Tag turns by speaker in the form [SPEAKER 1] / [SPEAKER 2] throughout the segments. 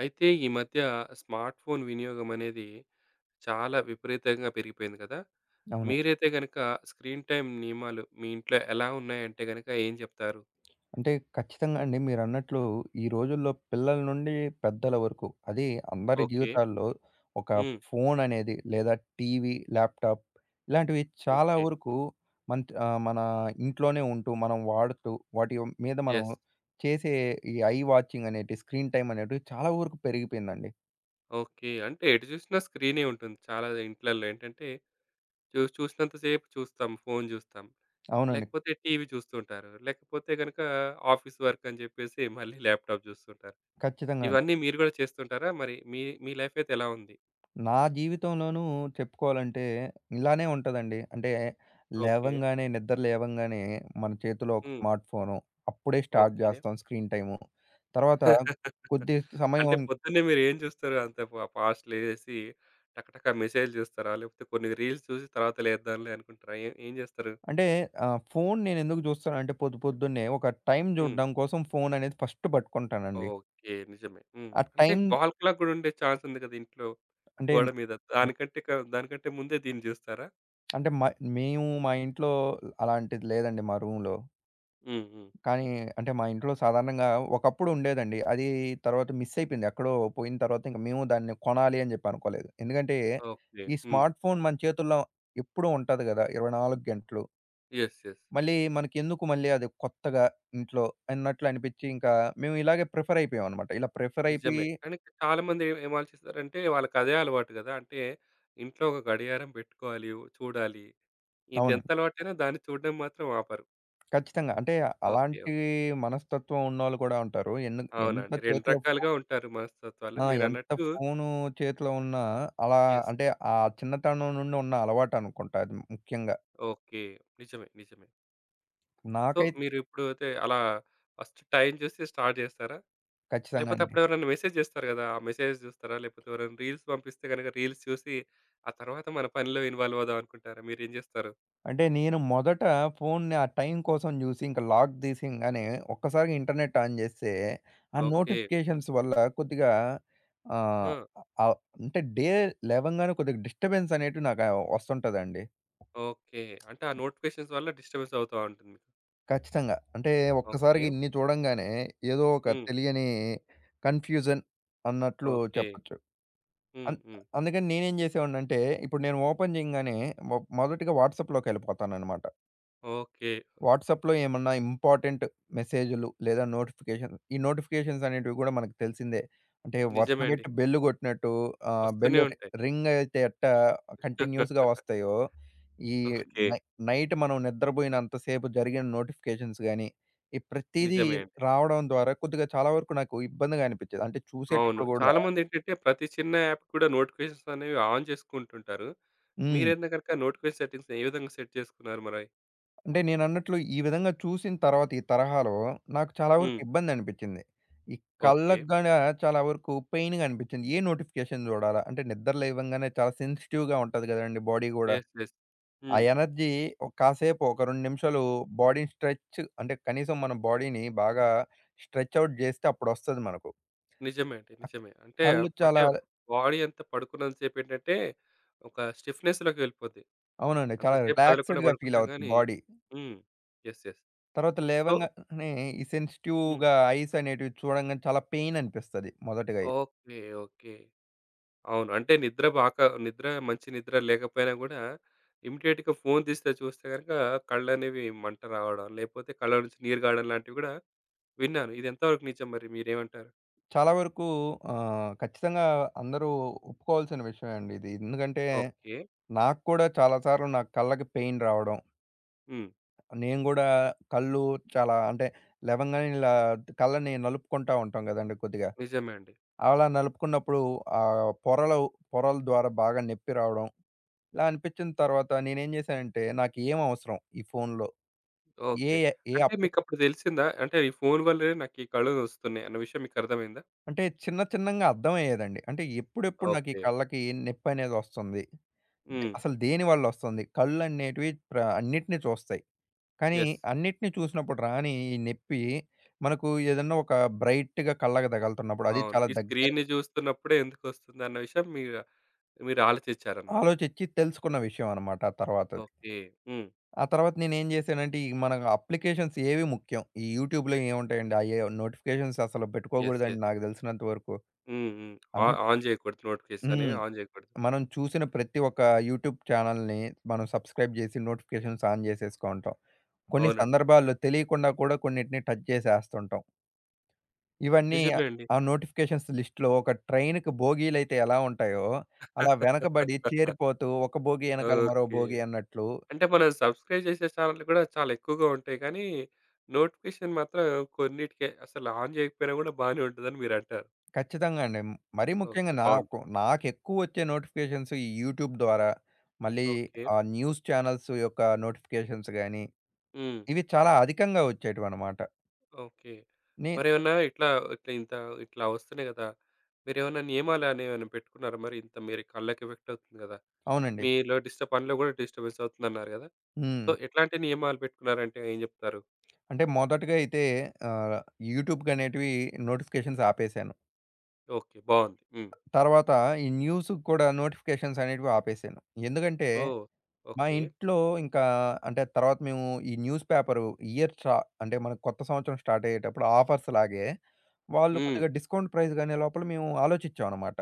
[SPEAKER 1] అయితే ఈ మధ్య స్మార్ట్ ఫోన్ వినియోగం అనేది చాలా విపరీతంగా పెరిగిపోయింది కదా!
[SPEAKER 2] అవును.
[SPEAKER 1] మీరైతే గనక స్క్రీన్ టైమ్ నియమాలు మీ ఇంట్లో ఎలా ఉన్నాయంటే గనక ఏం చెప్తారు?
[SPEAKER 2] అంటే ఖచ్చితంగా అండి. మీరన్నట్లు ఈ రోజుల్లో పిల్లల నుండి పెద్దల వరకు అది అందరి
[SPEAKER 1] ఓకే.
[SPEAKER 2] జీవితాల్లో ఒక
[SPEAKER 1] హ్మ్.
[SPEAKER 2] ఫోన్ అనేది లేదా టీవీ, ల్యాప్‌టాప్ ఇలాంటివి చాలా
[SPEAKER 1] ఓకే.
[SPEAKER 2] వరకు మన ఇంట్లోనే ఉంటూ మనం వాడుతూ వాటి మీద మనం
[SPEAKER 1] యెస్.
[SPEAKER 2] చేసే ఈ ఐ వాచింగ్ అనేటివి, స్క్రీన్ టైమ్ అనేటివి చాలా వరకు పెరిగిపోయిందండి.
[SPEAKER 1] ఓకే. అంటే ఎటు చూసినా స్క్రీనే ఉంటుంది. చాలా ఇంట్లల్లో ఏంటంటే చూసినంత సేపు చూస్తాం. ఫోన్ చూస్తాం.
[SPEAKER 2] అవునండి.
[SPEAKER 1] లేకపోతే టీవీ చూస్తుంటారు. లేకపోతే గనక ఆఫీస్ వర్క్ అని చెప్పేసి మళ్ళీ ల్యాప్‌టాప్ చూస్తుంటారు.
[SPEAKER 2] ఖచ్చితంగా.
[SPEAKER 1] ఇవన్నీ మీరు గూడా చేస్తుంటారా? మరి మీ మీ లైఫ్ అయితే ఎలా ఉంది?
[SPEAKER 2] నా జీవితంలోనూ చెప్పుకోవాలంటే ఇలానే ఉంటదండి.
[SPEAKER 1] ఓకే.
[SPEAKER 2] నిద్ర లేవంగానే మన చేతిలో ఒక
[SPEAKER 1] హ్మ్.
[SPEAKER 2] Smart phone. అప్పుడే స్టార్ట్
[SPEAKER 1] ఓకే.
[SPEAKER 2] జేస్తాం స్క్రీన్ టైము. తర్వాత కొద్ది సమయం.
[SPEAKER 1] అంటే పొద్దున్నే మీరేం చూస్తారు? అంత ఫాస్ట్ లేసి టకటక మెసేజ్ చూస్తారా? లేకపోతే కొన్ని రీల్స్ చూసి తర్వాత లేద్దాంలే అనుకుంటారా? ఏం ఏం చేస్తారు?
[SPEAKER 2] అంటే ఫోను నేనెందుకు జూస్తానంటే పొద్దున్నే ఒక టైం
[SPEAKER 1] హ్మ్.
[SPEAKER 2] జూడడం కోసం ఫోను అనేది ఫస్ట్ పట్టుకుంటానండి.
[SPEAKER 1] ఓకే. నిజమే. హ్మ్.
[SPEAKER 2] ఆ
[SPEAKER 1] అంటే
[SPEAKER 2] టైం
[SPEAKER 1] వాల్ క్లాక్ గూడా ఉండే ఛాన్స్ ఉంది కదా ఇంట్లో
[SPEAKER 2] అంటే.
[SPEAKER 1] గోడ మీద. దానికంటే ముందే దీన్ని చూస్తారా?
[SPEAKER 2] అంటే మ మేము మా ఇంట్లో అలాంటిది లేదండి మా రూమ్‌లో.
[SPEAKER 1] హ్మ్. హ్మ్.
[SPEAKER 2] కానీ అంటే మా ఇంట్లో సాధారణంగా ఒకప్పుడు ఉండేదండి. అది తర్వాత మిస్ అయిపోయింది. ఎక్కడో పోయిన తర్వాత ఇంక మేము దాన్ని కొనాలి అని చెప్పి అనుకోలేదు. ఎందుకంటే
[SPEAKER 1] ఓకే.
[SPEAKER 2] ఈ
[SPEAKER 1] హ్మ్.
[SPEAKER 2] స్మార్ట్ ఫోన్ మన చేతుల్లో ఎప్పుడూ ఉంటది గదా! 24 గంటలు.
[SPEAKER 1] యెస్. యెస్.
[SPEAKER 2] మళ్ళీ మనకెందుకు అది కొత్తగా ఇంట్లో అన్నట్లు అనిపిచ్చి ఇంకా మేము ఇలాగే ప్రిఫర్ అయిపోయామన్నమాట. ఇలా ప్రిఫర్
[SPEAKER 1] నిజమే.
[SPEAKER 2] అయిపోయి
[SPEAKER 1] కానీ చాలా మంది ఏం ఏం ఆలోచిస్తారంటే వాళ్ళకదే అలవాటు గదా! అంటే ఇంట్లో ఒక గడియారం పెట్టుకోవాలి, చూడాలి. ఇదెంత
[SPEAKER 2] అవునండి.
[SPEAKER 1] అలవాటైనా దాన్ని చూడడం మాత్రం ఆపరు.
[SPEAKER 2] ఖచ్చితంగా. అంటే
[SPEAKER 1] ఓకే.
[SPEAKER 2] అలాంటి
[SPEAKER 1] ఓకే.
[SPEAKER 2] మనస్తత్వం ఉన్నోళ్ళు కూడా ఉంటారు. ఎంత
[SPEAKER 1] అవునండి. 2
[SPEAKER 2] చేతిలో
[SPEAKER 1] రకాలుగా ఉంటారు మనస్తత్వాలు.
[SPEAKER 2] ఎంత
[SPEAKER 1] మీరన్నట్టు
[SPEAKER 2] ఫోను చేతిలో ఉన్నా, అలా,
[SPEAKER 1] యెస్.
[SPEAKER 2] అంటే, ఆ చిన్నతనం నుండి ఉన్న అలవాటనుకుంటా అది ముఖ్యంగా.
[SPEAKER 1] ఓకే. నిజమే. నిజమే. సో,
[SPEAKER 2] నాకైతే
[SPEAKER 1] మీరిప్పుడు అయితే అలా ఫస్ట్ టైం చూసి స్టార్ట్ చేస్తారా?
[SPEAKER 2] ఖచ్చితంగా
[SPEAKER 1] లేపోతే
[SPEAKER 2] అండి.
[SPEAKER 1] అప్పుడెవరైనా మెసేజ్ చేస్తారు గదా! ఆ మెసేజ్ చూస్తారా? లేపోతే ఎవరైనా రీల్స్ పంపిస్తే గనక రీల్స్ చూసి, ఆ తర్వాత మన పనిలో ఇన్వాల్వ్ అవుదాం అనుకుంటారా? మీరేం చేస్తారు?
[SPEAKER 2] అంటే నేను మొదట ఫోన్‌ని ఆ టైం కోసం జూసి, ఇంక లాక్ తీసింగానే ఒక్కసారిగా ఇంటర్నెట్ ఆన్ జేస్తే, ఆ
[SPEAKER 1] ఓకే.
[SPEAKER 2] నోటిఫికేషన్స్ వల్ల కొద్దిగా ఆహ్,
[SPEAKER 1] ఆ!
[SPEAKER 2] ఆహ్, అంటే డే లేవంగానే కొద్దిగా డిస్టర్బెన్స్ అనేటివి నాకు వస్తుంటదండి.
[SPEAKER 1] ఓకే. అంటే ఆ నోటిఫికేషన్స్ వల్ల డిస్టర్బెన్స్ అవుతా ఉంటుంది. మీకు.
[SPEAKER 2] ఖచ్చితంగా. అంటే
[SPEAKER 1] ఓకే.
[SPEAKER 2] ఒక్కసారిగా ఇన్ని చూడంగానే ఏదో ఒక
[SPEAKER 1] హ్మ్.
[SPEAKER 2] తెలియని కన్‌ఫ్యూజన్ అన్నట్లు
[SPEAKER 1] ఓకే.
[SPEAKER 2] చెప్పొచ్చు.
[SPEAKER 1] హ్మ్.
[SPEAKER 2] అన్
[SPEAKER 1] హ్మ్.
[SPEAKER 2] అందుకని నేనేం జేసేవాడినంటే, ఇప్పుడు నేను ఓపెన్ జేయంగానే మొదటిగా వాట్సాప్‌లోకెళ్ళిపోతాననమాట.
[SPEAKER 1] ఓకే.
[SPEAKER 2] వాట్సాప్‌లో ఏమన్నా ఇంపార్టెంట్ మెసేజులు లేదా నోటిఫికేషన్ ఈ నోటిఫికేషన్స్ అనేటివి గూడా మనకు తెలిసిందే. అంటే
[SPEAKER 1] నిజమే అండి.
[SPEAKER 2] వరుసబెట్టి బెల్ గొట్టినట్టు ఆహ్, బెల్
[SPEAKER 1] వస్తూనే
[SPEAKER 2] రి
[SPEAKER 1] ఉంటాయి.
[SPEAKER 2] రింగ్ అయితే కంటిన్యూస్‌గా వస్తాయో, ఈ
[SPEAKER 1] ఓకే.
[SPEAKER 2] నై నైట్ మనం నిద్రబోయినంత సేపు జరిగిన నోటిఫికేషన్స్ గాని, ఈ ప్రతీదీ
[SPEAKER 1] నిజమే అండి.
[SPEAKER 2] రావడం ద్వారా కొద్దిగా చాలా వరకు నాకు ఇబ్బందిగా అనిపిచ్చేది. అంటే
[SPEAKER 1] అవును.
[SPEAKER 2] చూసేటప్పుడు గూడా.
[SPEAKER 1] చాలామందేంటంటే ప్రతి చిన్న యాప్ కూడా నోటిఫికేషన్స్ అనేవి ఆన్ చేసుకుంటుంటారు.
[SPEAKER 2] హ్మ్.
[SPEAKER 1] మీరైతే గనక నోటిఫికేషన్ సెట్టింగ్స్ ఏ విధంగా సెట్ చేసుకున్నారు మరి?
[SPEAKER 2] అంటే నేనన్నట్లు ఈ విధంగా చూసిన తర్వాత ఈ తరహాలో నాకు చాలా వరకు
[SPEAKER 1] హ్మ్.
[SPEAKER 2] ఇబ్బంది అనిపించింది. ఈ
[SPEAKER 1] ఓకే.
[SPEAKER 2] కళ్ళకి గూడా చాలా వరకు పెయిన్‌గా అనిపించింది. ఏ నోటిఫికేషన్ చూడాలా? అంటే నిద్ర లేవంగానే చాలా సెన్సిటివ్‌గా ఉంటది గదండీ బాడీ గూడా.
[SPEAKER 1] యెస్. యెస్.
[SPEAKER 2] ఆ
[SPEAKER 1] హ్మ్.
[SPEAKER 2] ఎనర్జీ ఒక కాసేపు ఒక 2 నిమిషాలు బాడీని స్ట్రెచ్ అంటే కనీసం మన బాడీని బాగా స్ట్రెచ్ ఔట్ జేస్తే అప్పుడొస్తది మనకు.
[SPEAKER 1] నిజమే అండి. నిజమే. అంటే,
[SPEAKER 2] కళ్ళు
[SPEAKER 1] అంటే
[SPEAKER 2] చాలా
[SPEAKER 1] బాడీ అంతా పడుకున్నంత సేపేంటంటే ఒక స్టిఫ్‌నెస్‌లోకి వెళ్ళిపోద్ది.
[SPEAKER 2] అవునండి. చాలా
[SPEAKER 1] అంతసేపు కదలకుండా
[SPEAKER 2] రిలాక్స్‌డ్‌గా ఫీల్
[SPEAKER 1] పడుకుంటాం
[SPEAKER 2] అవుద్ది
[SPEAKER 1] గానీ
[SPEAKER 2] బాడీ.
[SPEAKER 1] హ్మ్. యెస్. యెస్.
[SPEAKER 2] తర్వాత
[SPEAKER 1] సో
[SPEAKER 2] లేవంగానే ఈ
[SPEAKER 1] హ్మ్.
[SPEAKER 2] సెన్సిటివ్‌గా ఐస్ అనేటివి చూడంగానే చాలా పెయిన్ అనిపిస్తది మొదటగా అయితే.
[SPEAKER 1] ఓకే. ఓకే. అవును. అంటే నిద్ర బాక నిద్ర మంచి నిద్ర లేకపోయినా గూడా ఇమ్మీడియేట్‌గా ఫోన్ తీస్తే చూస్తే గనక కళ్ళనేవి మంట రావడం, లేపోతే కళ్ళ నుంచి నీరు గారడం లాంటివి గూడా విన్నాను. ఇది ఎంతవరకు నిజం మరి మీరేమంటారు?
[SPEAKER 2] చాలా వరకు ఖచ్చితంగా అందరూ ఒప్పుకోవాల్సిన విషయమే అండి ఇది. ఎందుకంటే,
[SPEAKER 1] ఓకే.
[SPEAKER 2] నాకు కూడా చాలా సార్లు నా కళ్ళకి పెయిన్ రావడం,
[SPEAKER 1] హ్మ్.
[SPEAKER 2] నేను గూడా కళ్ళు చాలా, అంటే, లెవంగానే ఇలా కళ్ళని నలుపుకుంటా ఉంటాం గదండీ కొద్దిగా.
[SPEAKER 1] నిజమే అండి.
[SPEAKER 2] అలా నలుపుకున్నప్పుడు పొరలు పొరల ద్వారా బాగా నొప్పి రావడం, ఇలా అనిపిచ్చిన తర్వాత నేనేం జేశానంటే, నాకేం అవసరం ఈ ఫోనులో? ఏ
[SPEAKER 1] ఓకే.
[SPEAKER 2] ఏ
[SPEAKER 1] అంటే
[SPEAKER 2] అప్లి
[SPEAKER 1] మీకప్పుడు దెలిసిందా? అంటే ఈ ఫోను వల్లే నాకీ కళ్ళు నొస్తున్నాయి అన్న విషయం మీకర్థమైందా?
[SPEAKER 2] అంటే చిన్న చిన్నంగా అర్థమయ్యేదండి. అంటే ఎప్పుడెప్పుడు నాకు ఈ
[SPEAKER 1] ఓకే.
[SPEAKER 2] కళ్ళకి నొప్పనేదొస్తుంది?
[SPEAKER 1] హ్మ్.
[SPEAKER 2] అసలు దేని వల్లొస్తుంది? కళ్ళనేటివి ప్ర అన్నిటిని చూస్తాయి. కానీ
[SPEAKER 1] యెస్.
[SPEAKER 2] అన్నిటిని చూసినప్పుడు రాని ఈ నొప్పి మనకు ఏదన్నా ఒక బ్రైట్‌గా కళ్ళకి తగులుతున్నప్పుడు అది
[SPEAKER 1] అవును.
[SPEAKER 2] చాలా
[SPEAKER 1] ఈ
[SPEAKER 2] దగ్గరగా
[SPEAKER 1] స్క్రీన్‌ని జూస్తున్నప్పుడే ఎందుకొస్తుందన్న విషయం మీరు మీరు ఆలోచించారన్నమాట.
[SPEAKER 2] ఆలోచించి తెలుసుకున్న విషయం అనమాట ఆ తర్వాతది.
[SPEAKER 1] ఓకే. హ్మ్.
[SPEAKER 2] ఆ తర్వాత నేనేం జేశానంటే ఈ మన అప్లికేషన్స్ ఏవి ముఖ్యం? ఈ యూట్యూబ్‌లో ఏముంటాయండి? అయ్యే నోటిఫికేషన్స్ అసలు
[SPEAKER 1] యెస్.
[SPEAKER 2] పెట్టుకోకూడదండి
[SPEAKER 1] యెస్.
[SPEAKER 2] నాకు తెలిసినంత వరకు.
[SPEAKER 1] హ్మ్. హ్మ్. ఆ
[SPEAKER 2] అంటే
[SPEAKER 1] ఆన్ జేయకూడదు. నోటిఫికేషన్స్ అనేవి
[SPEAKER 2] హ్మ్.
[SPEAKER 1] ఆన్ జేయకూడదు.
[SPEAKER 2] మనం చూసిన ప్రతి ఒక్క యూట్యూబ్ ఛానెల్‌ని మనం సబ్స్క్రైబ్ జేసి నోటిఫికేషన్స్ ఆన్ జేసేసుకుంటాం. కొన్ని
[SPEAKER 1] అవునండి.
[SPEAKER 2] సందర్భాల్లో తెలియకుండా కూడా కొన్నిటిని టచ్ చేసేస్తుంటాం. ఇవన్నీ
[SPEAKER 1] నిజమే అండి.
[SPEAKER 2] ఆ నోటిఫికేషన్స్ లిస్ట్‌లో ఒక ట్రైన్‌కి బోగీలైతే ఎలా ఉంటాయో, అలా వెనకబడి చేరిపోతూ ఒక భోగి ఎనకాల మరో
[SPEAKER 1] ఓకే.
[SPEAKER 2] భోగి అన్నట్లు.
[SPEAKER 1] అంటే మనం సబ్‌స్క్రైబ్ జేసే ఛానెల్‌లు గూడా చాలా ఎక్కువగా ఉంటాయి కానీ, నోటిఫికేషన్ మాత్రం కొన్నిటికే అసలు ఆన్ జేయకపోయినా గూడా బానే ఉంటదని మీరంటారు.
[SPEAKER 2] ఖచ్చితంగా అండి. మరీ
[SPEAKER 1] ఓకే.
[SPEAKER 2] ముఖ్యంగా
[SPEAKER 1] బావుంది.
[SPEAKER 2] నాకెక్కువొచ్చే నోటిఫికేషన్స్ ఈ యూట్యూబ్ ద్వారా, మళ్ళీ
[SPEAKER 1] ఓకే.
[SPEAKER 2] ఆ న్యూస్ ఛానెల్స్ యొక్క నోటిఫికేషన్స్ గానీ,
[SPEAKER 1] హ్మ్.
[SPEAKER 2] ఇవి చాలా అధికంగా వచ్చేటివన్నమాట.
[SPEAKER 1] ఓకే.
[SPEAKER 2] నే
[SPEAKER 1] మరేమన్నా ఇట్లా ఇట్లా ఇంత ఇట్లా వస్తున్నాయి గదా! మీరేమన్నా నియమాలనేవేమైనా పెట్టుకున్నారా మరి? ఇంత మీరు కళ్ళకి ఎఫెక్ట్ అవుతుంది గదా!
[SPEAKER 2] అవునండి.
[SPEAKER 1] మీలో డిస్టర్బ్ పనిలో గూడా డిస్టర్బెన్స్ అవుతుందన్నారు గదా!
[SPEAKER 2] హ్మ్.
[SPEAKER 1] సో, ఎట్లాంటి నియమాలు పెట్టుకున్నారంటే ఏం జెప్తారు?
[SPEAKER 2] అంటే మొదటగా అయితే ఆహ్, యూట్యూబ్‌కనేటివి నోటిఫికేషన్స్ ఆపేసాను.
[SPEAKER 1] ఓకే. బావుంది. హ్మ్.
[SPEAKER 2] తర్వాత ఈ న్యూస్‌కి కూడా నోటిఫికేషన్స్ అనేటివి ఆపేశాను. ఎందుకంటే,
[SPEAKER 1] ఓహ్!
[SPEAKER 2] మా
[SPEAKER 1] ఓకే.
[SPEAKER 2] ఇంట్లో ఇంకా అంటే తర్వాత మేము ఈ న్యూస్ పేపరు ఇయర్ స్టా అంటే మనకు కొత్త సంవత్సరం స్టార్ట్ అయ్యేటప్పుడు ఆఫర్స్ లాగే వాళ్ళు
[SPEAKER 1] హ్మ్.
[SPEAKER 2] కొద్దిగా డిస్కౌంట్ ప్రైస్ గానే లోపల మేము ఆలోచించామన్నమాట.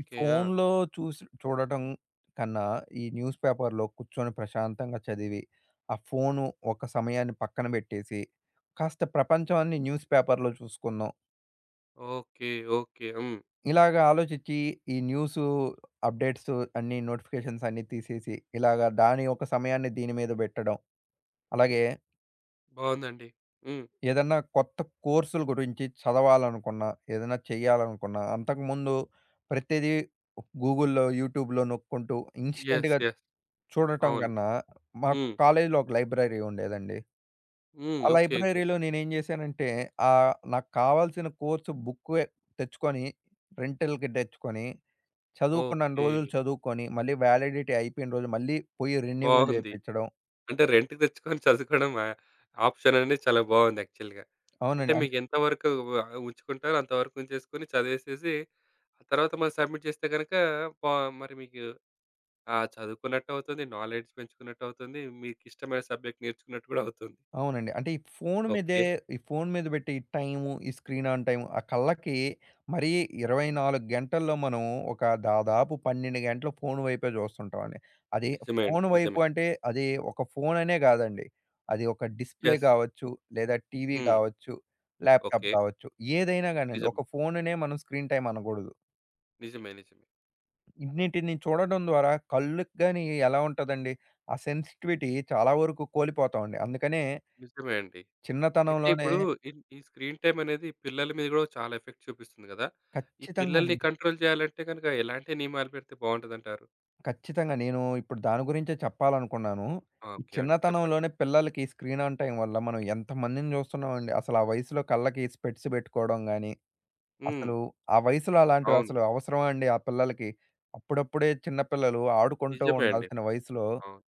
[SPEAKER 2] ఈ
[SPEAKER 1] ఆ!
[SPEAKER 2] ఫోన్‌లో చూసి చూడటం కన్నా ఈ న్యూస్ పేపర్‌లో కూర్చొని ప్రశాంతంగా చదివి, ఆ ఫోను ఒక సమయాన్ని పక్కన పెట్టేసి, కాస్త ప్రపంచాన్ని న్యూస్ పేపర్‌లో చూసుకుందాం.
[SPEAKER 1] ఓకే. ఓకే. హ్మ్.
[SPEAKER 2] ఇలాగ ఆలోచించి ఈ న్యూసు అప్డేట్స్ అన్నీ నోటిఫికేషన్స్ అన్నీ తీసేసి, ఇలాగ దాని యొక్క సమయాన్ని దీని మీద పెట్టడం. అలాగే
[SPEAKER 1] బావుందండి. హ్మ్.
[SPEAKER 2] ఏదన్నా కొత్త కోర్సుల గురించి చదవాలనుకున్నా, ఏదైనా చేయాలనుకున్నా, అంతకుముందు ప్రతిదీ గూగుల్‌లో, యూట్యూబ్‌లో నొక్కుంటూ
[SPEAKER 1] యెస్.
[SPEAKER 2] ఇన్‌స్టంట్‌గా
[SPEAKER 1] యెస్.
[SPEAKER 2] చూడటం
[SPEAKER 1] అవును.
[SPEAKER 2] కన్నా, మాకు
[SPEAKER 1] హ్మ్.
[SPEAKER 2] కాలేజీలో ఒక లైబ్రరీ ఉండేదండి.
[SPEAKER 1] హ్మ్.
[SPEAKER 2] ఆ
[SPEAKER 1] ఓకే. ఓకే.
[SPEAKER 2] లైబ్రరీలో నేనేం జేశానంటే, నాకు కావాల్సిన కోర్సు బుక్కే తెచ్చుకొని, రెంటల్‌కి తెచ్చుకొని చదువుకున్నన్ని
[SPEAKER 1] ఓకే.
[SPEAKER 2] రోజులు చదువుకొని, మళ్ళీ వ్యాలిడిటీ అయిపోయిన రోజు మళ్ళీ పోయి రెన్యువల్
[SPEAKER 1] బావుంది.
[SPEAKER 2] చేపించడం.
[SPEAKER 1] అంటే రెంట్‌కి తెచ్చుకొని చదువుకోవడం ఆప్షన్ అనేది చాలా బావుంది యాక్చువల్‌గా. అంటే
[SPEAKER 2] అవునండి. అంటే
[SPEAKER 1] మీకెంత వరకు ఉంచుకుంటారో అంతవరకు ఉంచేసుకొని చదివేసేసి, ఆ తర్వాత మళ్ళీ సబ్మిట్ చేస్తే గనక పా మరి మీకు ఆ! చదువుకున్నట్టు అవుతుంది. నాలెడ్జ్ పెంచుకున్నట్టు అవుతుంది. మీకు ఇష్టమైన సబ్జెక్ట్ నేర్చుకున్నట్టు కూడా అవుతుంది.
[SPEAKER 2] అవునండి. అంటే ఈ ఫోను మీదే
[SPEAKER 1] ఓకే.
[SPEAKER 2] ఈ ఫోను మీద పెట్టే ఈ టైము, ఈ స్క్రీన్ ఆన్ టైమ్ ఆ కళ్ళకి మరీ 24 గంటల్లో మనం ఒక దాదాపు 12 గంటలు ఫోను వైపే చూస్తుంటామండి. అది
[SPEAKER 1] నిజమే అండి.
[SPEAKER 2] ఫోను వైపు
[SPEAKER 1] నిజమే.
[SPEAKER 2] అంటే అది ఒక ఫోననే కాదండి. అది ఒక డిస్‌ప్లే
[SPEAKER 1] యెస్.
[SPEAKER 2] కావచ్చు, లేదా టీవీ
[SPEAKER 1] హ్మ్.
[SPEAKER 2] కావచ్చు, ల్యాప్‌టాప్
[SPEAKER 1] ఓకే.
[SPEAKER 2] కావచ్చు. ఏదైనా గానండి. ఒక
[SPEAKER 1] నిజమే.
[SPEAKER 2] ఫోనునే మనం స్క్రీన్ టైమ్ అనకూడదు.
[SPEAKER 1] నిజమే. నిజమే.
[SPEAKER 2] ఇన్నిటిని చూడడం ద్వారా కళ్ళకి గాని ఎలా ఉంటదండి, ఆ సెన్సిటివిటీ చాలా వరకు కోల్పోతామండి. అందుకనే
[SPEAKER 1] నిజమే అండి. అయితే
[SPEAKER 2] చిన్నతనంలోనే
[SPEAKER 1] ఇప్పుడు ఈ ఈ స్క్రీన్ టైమ్ అనేది పిల్లల మీద కూడా చాలా ఎఫెక్ట్ చూపిస్తుంది కదా! ఈ
[SPEAKER 2] ఖచ్చితంగా
[SPEAKER 1] పిల్లల్ని
[SPEAKER 2] అండి.
[SPEAKER 1] కంట్రోల్ చేయాలంటే గనుక ఎలాంటి నియమాలు పెడితే బావుంటదంటారు?
[SPEAKER 2] ఖచ్చితంగా నేను ఇప్పుడు దాని గురించే చెప్పాలనుకున్నాను.
[SPEAKER 1] ఆ!
[SPEAKER 2] ఈ
[SPEAKER 1] ఓకే అండి. చెప్పండి.
[SPEAKER 2] చిన్నతనంలోనే పిల్లలకి స్క్రీన్ ఆన్ టైమ్ వల్ల మనం ఎంతమందిని చూస్తున్నామండి. అసలు ఆ వయసులో కళ్ళకి స్పెట్స్ పెట్టుకోవడం గాని,
[SPEAKER 1] హ్మ్.
[SPEAKER 2] అసలు ఆ వయసులో అలాంటివి
[SPEAKER 1] అవును.
[SPEAKER 2] అసలు అవసరమా అండి ఆ పిల్లలకి? అప్పుడప్పుడే చిన్న పిల్లలు ఆడుకుంటూ
[SPEAKER 1] నిజమే అండి.
[SPEAKER 2] ఉండాల్సిన వయసులో
[SPEAKER 1] అవును.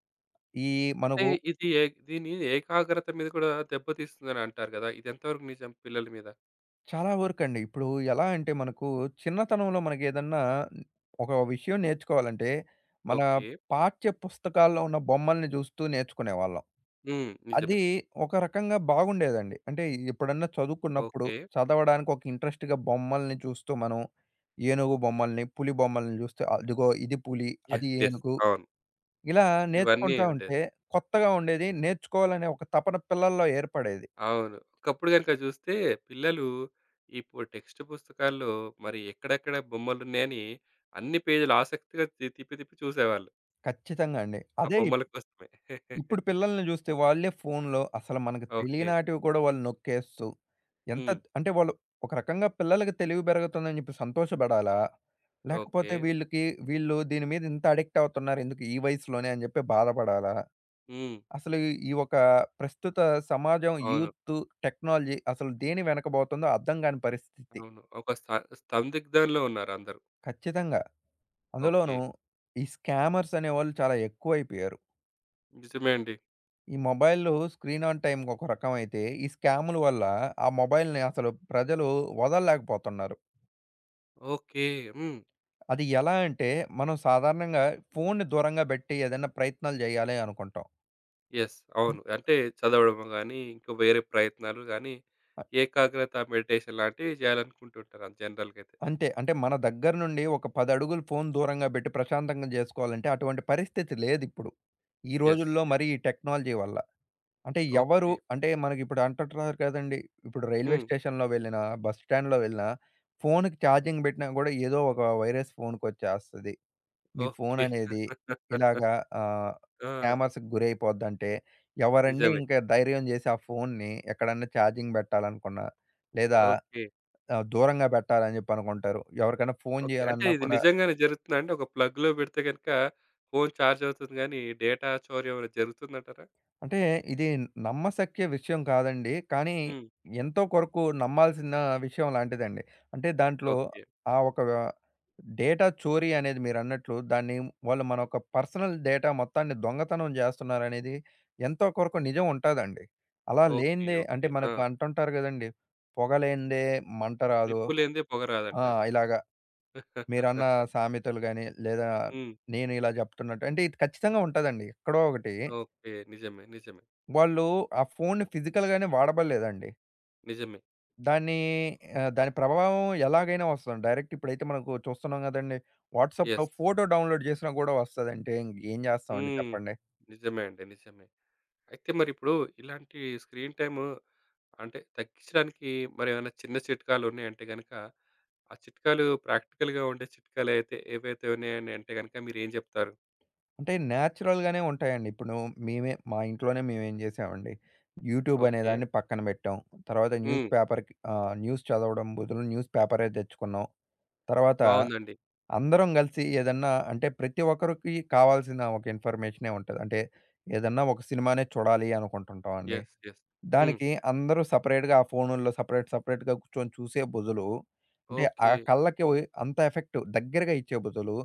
[SPEAKER 2] ఈ
[SPEAKER 1] అంటే
[SPEAKER 2] మనకు
[SPEAKER 1] ఇది ఏ దీని ఏకాగ్రత మీద కూడా దెబ్బతీస్తుందని అంటారు కదా! ఇది ఎంతవరకు నిజం పిల్లల మీద?
[SPEAKER 2] చాలా వరకండి. ఇప్పుడు ఎలా అంటే మనకు చిన్నతనంలో మనకేదన్నా ఒక విషయం నేర్చుకోవాలంటే, మన
[SPEAKER 1] ఓకే.
[SPEAKER 2] పాఠ్య పుస్తకాల్లో ఉన్న బొమ్మల్ని జూస్తూ నేర్చుకునేవాళ్ళం.
[SPEAKER 1] హ్మ్. నిజమే.
[SPEAKER 2] అది ఒక రకంగా బాగుండేదండి. అంటే ఎప్పుడన్నా చదువుకున్నప్పుడు
[SPEAKER 1] ఓకే.
[SPEAKER 2] చదవడానికి ఒక ఇంట్రెస్ట్‌గా బొమ్మల్ని చూస్తూ మనం ఏనుగు బొమ్మల్ని, పులి బొమ్మల్ని జూస్తూ అదిగో ఇది పులి,
[SPEAKER 1] యెస్.
[SPEAKER 2] అది
[SPEAKER 1] యెస్.
[SPEAKER 2] ఏనుగు
[SPEAKER 1] అవును.
[SPEAKER 2] ఇలా
[SPEAKER 1] ఇవన్నీ
[SPEAKER 2] నేర్చుకుంటా
[SPEAKER 1] ఉండేది.
[SPEAKER 2] ఉంటే కొత్తగా ఉండేది. నేర్చుకోవాలనే ఒక తపన పిల్లల్లో ఏర్పడేది.
[SPEAKER 1] అవును. ఒకప్పుడు గనుక చూస్తే పిల్లలు ఇప్పుడు టెక్స్ట్ పుస్తకాల్లో మరి ఎక్కడెక్కడ బొమ్మలున్నాయని అన్ని పేజీలు ఆసక్తిగా తిప్పి తిప్పి చూసేవాళ్ళు.
[SPEAKER 2] ఖచ్చితంగా అండి.
[SPEAKER 1] ఆ
[SPEAKER 2] అదే
[SPEAKER 1] బొమ్మల కోసమే.
[SPEAKER 2] ఇప్పుడు పిల్లల్ని జూస్తే వాళ్ళే ఫోన్‌లో అసలు మనకు
[SPEAKER 1] ఓకే.
[SPEAKER 2] తెలియనాటివి కూడా వాళ్ళు నొక్కేస్తూ, ఎంత
[SPEAKER 1] హ్మ్.
[SPEAKER 2] అంటే వాళ్ళు ఒక రకంగా పిల్లలకి తెలివి పెరుగుతుందని జెప్పి సంతోషపడాలా?
[SPEAKER 1] ఓకే.
[SPEAKER 2] లేకపోతే వీళ్ళకి వీళ్ళు దీని మీద ఇంత అడిక్ట్ అవుతున్నారు ఎందుకు ఈ వయసులోనే అని జెప్పి బాధపడాలా?
[SPEAKER 1] హ్మ్.
[SPEAKER 2] అసలు ఈ ఈ ఒక ప్రస్తుత సమాజం,
[SPEAKER 1] అవును.
[SPEAKER 2] యూత్, టెక్నాలజీ అసలు దేని వెనకబోతుందో అర్థం కాని పరిస్థితి.
[SPEAKER 1] అవును. ఒక స్త సందిగ్ధంలో ఉన్నారందరూ.
[SPEAKER 2] ఖచ్చితంగా.
[SPEAKER 1] ఓకే.
[SPEAKER 2] అందులోనూ ఈ స్కామర్స్ అనేవాళ్ళు చాలా ఎక్కువైపోయారు.
[SPEAKER 1] నిజమే అండి.
[SPEAKER 2] ఈ మొబైలు స్క్రీన్ ఆన్ టైమ్ ఒక రకమైతే, ఈ స్కాముల వల్ల ఆ మొబైల్‌ని అసలు ప్రజలు వదలలేకపోతున్నారు.
[SPEAKER 1] ఓకే. హ్మ్.
[SPEAKER 2] అది ఎలా అంటే, మనం సాధారణంగా ఫోన్‌ని దూరంగా బెట్టి ఏదైనా ప్రయత్నాలు జేయాలి అనుకుంటాం.
[SPEAKER 1] యెస్. అవును. అంటే చదవడము గాని, ఇంకా వేరే ప్రయత్నాలు గాని,
[SPEAKER 2] అ
[SPEAKER 1] ఏకాగ్రత మెడిటేషన్ లాంటివి జేయాలనుకుంటుంటారు జనరల్‌గయితే.
[SPEAKER 2] అంతే. అంటే మన దగ్గర నుండి ఒక 10 అడుగులు ఫోన్ దూరంగా బెట్టి ప్రశాంతంగా జేసుకోవాలంటే అటువంటి పరిస్థితి లేదిప్పుడు. ఈ
[SPEAKER 1] యెస్.
[SPEAKER 2] రోజుల్లో
[SPEAKER 1] యెస్.
[SPEAKER 2] మరీ ఈ టెక్నాలజీ వల్ల. అంటే ఎవరు
[SPEAKER 1] ఓకే.
[SPEAKER 2] అంటే మనకిప్పుడు అంటుంటున్నారు కదండీ! ఇప్పుడు రైల్వే
[SPEAKER 1] హ్మ్.
[SPEAKER 2] స్టేషన్‌లో వెళ్ళినా, బస్ స్టాండ్‌లో వెళ్ళినా ఫోన్‌కి ఛార్జింగ్ పెట్టినా గూడా ఏదో ఒక వైరస్ ఫోన్‌కొచ్చేస్తది. మీ ఫోన్
[SPEAKER 1] ఓకే.
[SPEAKER 2] అనేది ఇలాగా ఆహ్,
[SPEAKER 1] ఆ!
[SPEAKER 2] స్కామర్స్‌కి గురైపోద్దంటే ఎవరండి
[SPEAKER 1] నిజమే.
[SPEAKER 2] ఇంకా ధైర్యం చేసి ఆ ఫోన్‌ని ఎక్కడన్నా ఛార్జింగ్ పెట్టాలనుకున్నా, లేదా
[SPEAKER 1] ఓకే.
[SPEAKER 2] దూరంగా పెట్టాలని చెప్పి అనుకుంటారు. ఎవరికైనా ఫోన్
[SPEAKER 1] ఓకే. అంటే
[SPEAKER 2] చేయాలన్నా
[SPEAKER 1] ఇది
[SPEAKER 2] కూడా
[SPEAKER 1] నిజంగానే జరుగుతుందా అండి? ఒక ప్లగ్‌లో బెడితే గనక ఫోను చార్జ్ అవుతుంది గానీ, డేటా చౌర్యం ఏమైనా జరుగుతుందంటారా?
[SPEAKER 2] అంటే ఇది నమ్మశక్య విషయం కాదండి. కానీ,
[SPEAKER 1] హ్మ్.
[SPEAKER 2] ఎంతో కొరకు నమ్మాల్సిన విషయం లాంటిదండి. అంటే దాంట్లో
[SPEAKER 1] ఓకే.
[SPEAKER 2] ఆ ఒక డేటా చోరీ అనేది మీరన్నట్లు దాన్ని వాళ్ళు మన యొక్క పర్సనల్ డేటా మొత్తాన్ని దొంగతనం జేస్తున్నారనేది ఎంతో కొరకు నిజం ఉంటాదండి. అలా
[SPEAKER 1] ఓకే.
[SPEAKER 2] లేనిదే అంటే
[SPEAKER 1] ఓకే. ఆ!
[SPEAKER 2] మనకు అంటుంటారు గదండీ! "పొగ లేనిదే మంట రాదు."
[SPEAKER 1] నిప్పు లేనిదే పొగ
[SPEAKER 2] ఆ!
[SPEAKER 1] రాదంటారు.
[SPEAKER 2] ఇలాగ మీరన్న సామెతలు గాని, లేదా
[SPEAKER 1] హ్మ్.
[SPEAKER 2] నేను ఇలా జెప్తున్నట్టు అంటే ఇది ఖచ్చితంగా ఉంటదండి. ఎక్కడో ఒకటి
[SPEAKER 1] ఓకే. నిజమే. నిజమే.
[SPEAKER 2] వాళ్ళు ఆ ఫోన్‌ని ఫిజికల్‌గానే వాడబల్లేదండి.
[SPEAKER 1] నిజమే.
[SPEAKER 2] దాన్ని దాని ప్రభావం ఎలాగైనా వస్తుంది. డైరెక్ట్ ఇప్పుడైతే మనకు చూస్తున్నాం గదండీ! వాట్సాప్‌లో
[SPEAKER 1] యెస్.
[SPEAKER 2] ఫోటో డౌన్‌లోడ్ జేసినా గూడా వస్తదంటే ఇంకేం జేస్తామండి
[SPEAKER 1] హ్మ్.
[SPEAKER 2] చెప్పండి.
[SPEAKER 1] నిజమే అండి. నిజమే. అయితే మరిప్పుడు ఇలాంటి స్క్రీన్ టైము అంటే తగ్గించడానికి మరేమైనా చిన్న చిట్కాలున్నాయంటే గనక, ఆ చిట్కాలు ప్రాక్టికల్‌గా ఉండే చిట్కాలైతే ఏవైతే ఉన్నాయని అంటే గనక మీరేం జెప్తారు?
[SPEAKER 2] అంటే నేచురల్‌గానే ఉంటాయండి. ఇప్పుడు మేమే మా ఇంట్లోనే మేమేం జేసామండి. యూట్యూబ్ అనే
[SPEAKER 1] ఓకే.
[SPEAKER 2] దాన్ని పక్కన బెట్టాం. తర్వాత న్యూస్
[SPEAKER 1] హ్మ్.
[SPEAKER 2] పేపర్‌కి న్యూస్ చదవడం బదులు న్యూస్ పేపరే తెచ్చుకున్నాం. తర్వాత
[SPEAKER 1] బావుందండి.
[SPEAKER 2] అందరం గలిసి ఏదన్నా అంటే ప్రతి ఒక్కరికి కావాల్సిన ఒక ఇన్ఫర్మేషనే ఉంటది. అంటే ఏదన్నా ఒక సినిమానే చూడాలి అనుకుంటుంటామండి.
[SPEAKER 1] యెస్. యెస్. హ్మ్.
[SPEAKER 2] దానికి అందరూ సెపరేట్‌గా ఆ ఫోనుల్లో సెపరేట్‌గా కూర్చొని చూసే బదులు అంటే ఆ
[SPEAKER 1] ఓకే.
[SPEAKER 2] కళ్ళకి ఒయ్ అంత ఎఫెక్ట్ దగ్గరగా ఇచ్చే బదులు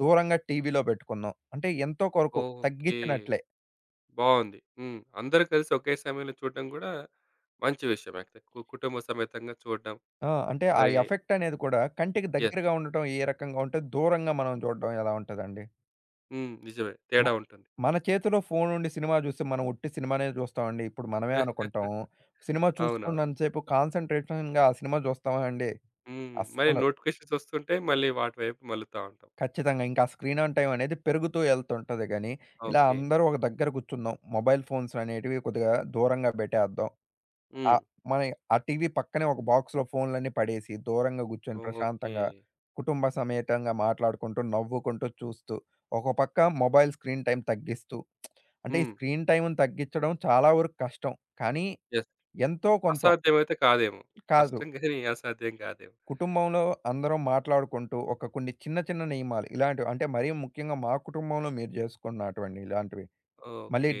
[SPEAKER 2] దూరంగా టీవీలో పెట్టుకున్నాం. అంటే ఎంతో కొరకు
[SPEAKER 1] ఓకే.
[SPEAKER 2] తగ్గించినట్లే.
[SPEAKER 1] బావుంది. హ్మ్. అందరూ కలిసి ఒకే సమయంలో చూడడం గూడా మంచి విషయమే. అయితే కుటుంబ సమేతంగా చూడడం
[SPEAKER 2] ఆ! అంటే ఆ
[SPEAKER 1] మరి
[SPEAKER 2] ఎఫెక్ట్ అనేది కూడా కంటికి
[SPEAKER 1] యెస్.
[SPEAKER 2] దగ్గరగా ఉండటం ఏ రకంగా ఉంటది? దూరంగా మనం చూడడం ఎలా ఉంటదండి?
[SPEAKER 1] హ్మ్. నిజమే. తేడా ఉంటుంది.
[SPEAKER 2] మన చేతిలో ఫోనుండి సినిమా జూస్తే, మనం ఉట్టి సినిమానే జూస్తామండి. ఇప్పుడు మనమే అనుకుంటాం. సినిమా
[SPEAKER 1] అవును.
[SPEAKER 2] చూస్తున్నంత సేపు కాన్సంట్రేషన్‌గా ఆ సినిమా జూస్తామా అండి?
[SPEAKER 1] హ్మ్. మరి
[SPEAKER 2] అస్సలు.
[SPEAKER 1] నోటిఫికేషన్స్ వస్తుంటే మళ్ళీ వాటి వైపు మళ్ళుతా ఉంటాం.
[SPEAKER 2] ఖచ్చితంగా. ఇంకా స్క్రీన్ ఆన్ టైమ్ అనేది పెరుగుతూ ఎళ్తుంటది గానీ, ఇలా
[SPEAKER 1] ఓకే.
[SPEAKER 2] అందరూ ఒక దగ్గర గూర్చుందాం. మొబైల్ ఫోన్స్ అనేటివి కొద్దిగా దూరంగా బెట్టేద్దాం.
[SPEAKER 1] హ్మ్.
[SPEAKER 2] ఆహ్, మన ఆ టీవీ పక్కనే ఒక బాక్స్‌లో ఫోన్‌లన్నీ పడేసి, దూరంగా గూర్చొని
[SPEAKER 1] ఓకే.
[SPEAKER 2] ప్రశాంతంగా, కుటుంబ సమేతంగా మాట్లాడుకుంటూ, నవ్వుకుంటూ చూస్తూ, ఒక పక్క మొబైల్ స్క్రీన్ టైమ్ తగ్గిస్తూ అంటే ఈ
[SPEAKER 1] హ్మ్.
[SPEAKER 2] స్క్రీన్ టైమ్‌ని తగ్గించడం చాలా వరకు కష్టం. కానీ
[SPEAKER 1] యెస్.
[SPEAKER 2] ఎంతో కొంతో
[SPEAKER 1] అసాధ్యమైతే కాదేమో.
[SPEAKER 2] కాదు.
[SPEAKER 1] కష్టం గాని అసాధ్యం కాదేమో.
[SPEAKER 2] కుటుంబంలో అందరం మాట్లాడుకుంటూ ఒక కొన్ని చిన్న చిన్న నియమాలు ఇలాంటివి అంటే మరీ ముఖ్యంగా మా కుటుంబంలో మీరు చేసుకున్నటువంటి ఇలాంటివి. మళ్ళీ
[SPEAKER 1] ఓకే.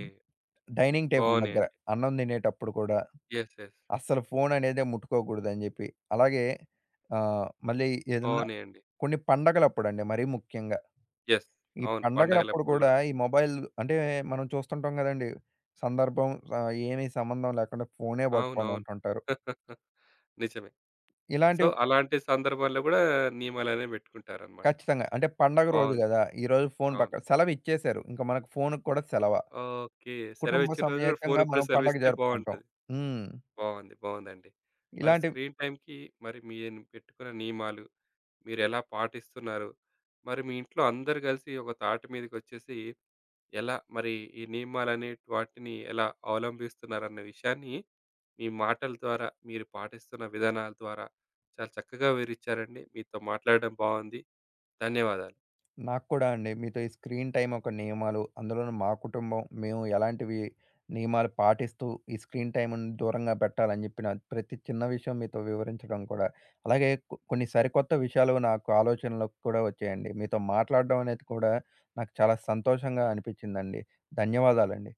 [SPEAKER 2] డైనింగ్ టేబుల్ దగ్గర
[SPEAKER 1] బావున్నాయండి.
[SPEAKER 2] అన్నం తినేటప్పుడు కూడా
[SPEAKER 1] యెస్. యెస్.
[SPEAKER 2] అస్సలు ఫోన్ అనేదే ముట్టుకోకూడదని చెప్పి. అలాగే మళ్ళీ ఏదన్నా
[SPEAKER 1] బావున్నాయండి.
[SPEAKER 2] కొన్ని పండగలప్పుడండి మరీ ముఖ్యంగా.
[SPEAKER 1] యెస్.
[SPEAKER 2] ఈ
[SPEAKER 1] అవును.
[SPEAKER 2] పండగలప్పుడు
[SPEAKER 1] పండగలప్పుడు
[SPEAKER 2] కూడా
[SPEAKER 1] గూడా.
[SPEAKER 2] ఈ మొబైల్ అంటే మనం చూస్తుంటాం గదండీ! సందర్భం ఏమీ సంబంధం లేకుండా ఫోనే పట్టుకొని
[SPEAKER 1] అవునవును.
[SPEAKER 2] ఉంటుంటారు.
[SPEAKER 1] నిజమే. సో,
[SPEAKER 2] ఇలాంటివి
[SPEAKER 1] అలాంటి సందర్భాల్లో గూడా నియమాలనేవి పెట్టుకుంటారనమాట.
[SPEAKER 2] ఖచ్చితంగా అంటే పండగ రోజు
[SPEAKER 1] బావుంది.
[SPEAKER 2] గదా! ఈరోజు ఫోను
[SPEAKER 1] అవును.
[SPEAKER 2] పక్క సెలవు ఇచ్చేశారు. ఇంక మనకు ఫోనుకి కూడా సెలవ.
[SPEAKER 1] ఓకే.
[SPEAKER 2] కుటుంబ
[SPEAKER 1] సెలవిచ్చిన రోజు గూడా
[SPEAKER 2] సమేతంగా
[SPEAKER 1] ఫోనుకి కూడా
[SPEAKER 2] మనం పండగ
[SPEAKER 1] సెలవిస్తే
[SPEAKER 2] జరుపుకుంటాం.
[SPEAKER 1] బావుంటది.
[SPEAKER 2] హ్మ్.
[SPEAKER 1] బావుంది. బావుందండి. మరి
[SPEAKER 2] ఇలాంటి
[SPEAKER 1] స్క్రీన్ టైమ్‌కి మరి మీరు పెట్టుకున్న నియమాలు మీరెలా పాటిస్తున్నారు? మరి మీ ఇంట్లో అందరూ కలిసి ఒక తాటి మీదకొచ్చేసి ఎలా మరి ఈ నియమాలనే వాటిని ఎలా అవలంబిస్తున్నారన్న విషయాన్ని మీ మాటల ద్వారా, మీరు పాటిస్తున్న విధానాల ద్వారా చాలా చక్కగా వివరిచ్చారండి. మీతో మాట్లాడడం బావుంది. ధన్యవాదాలు.
[SPEAKER 2] నాకు కూడా అండి. మీతో ఈ స్క్రీన్ టైమ్ యొక్క నియమాలు, అందులోనూ మా కుటుంబం, మేము ఎలాంటివి నియమాలు పాటిస్తూ ఈ స్క్రీన్ టైమ్‌ని దూరంగా పెట్టాలని చెప్పిన ప్రతి చిన్న విషయం మీతో వివరించడం కూడా, అలాగే కొన్ని సరికొత్త విషయాలు నాకు ఆలోచనలోకి కూడా వచ్చాయండి. మీతో మాట్లాడడం అనేది కూడా నాకు చాలా సంతోషంగా అనిపించిందండి. ధన్యవాదాలండి.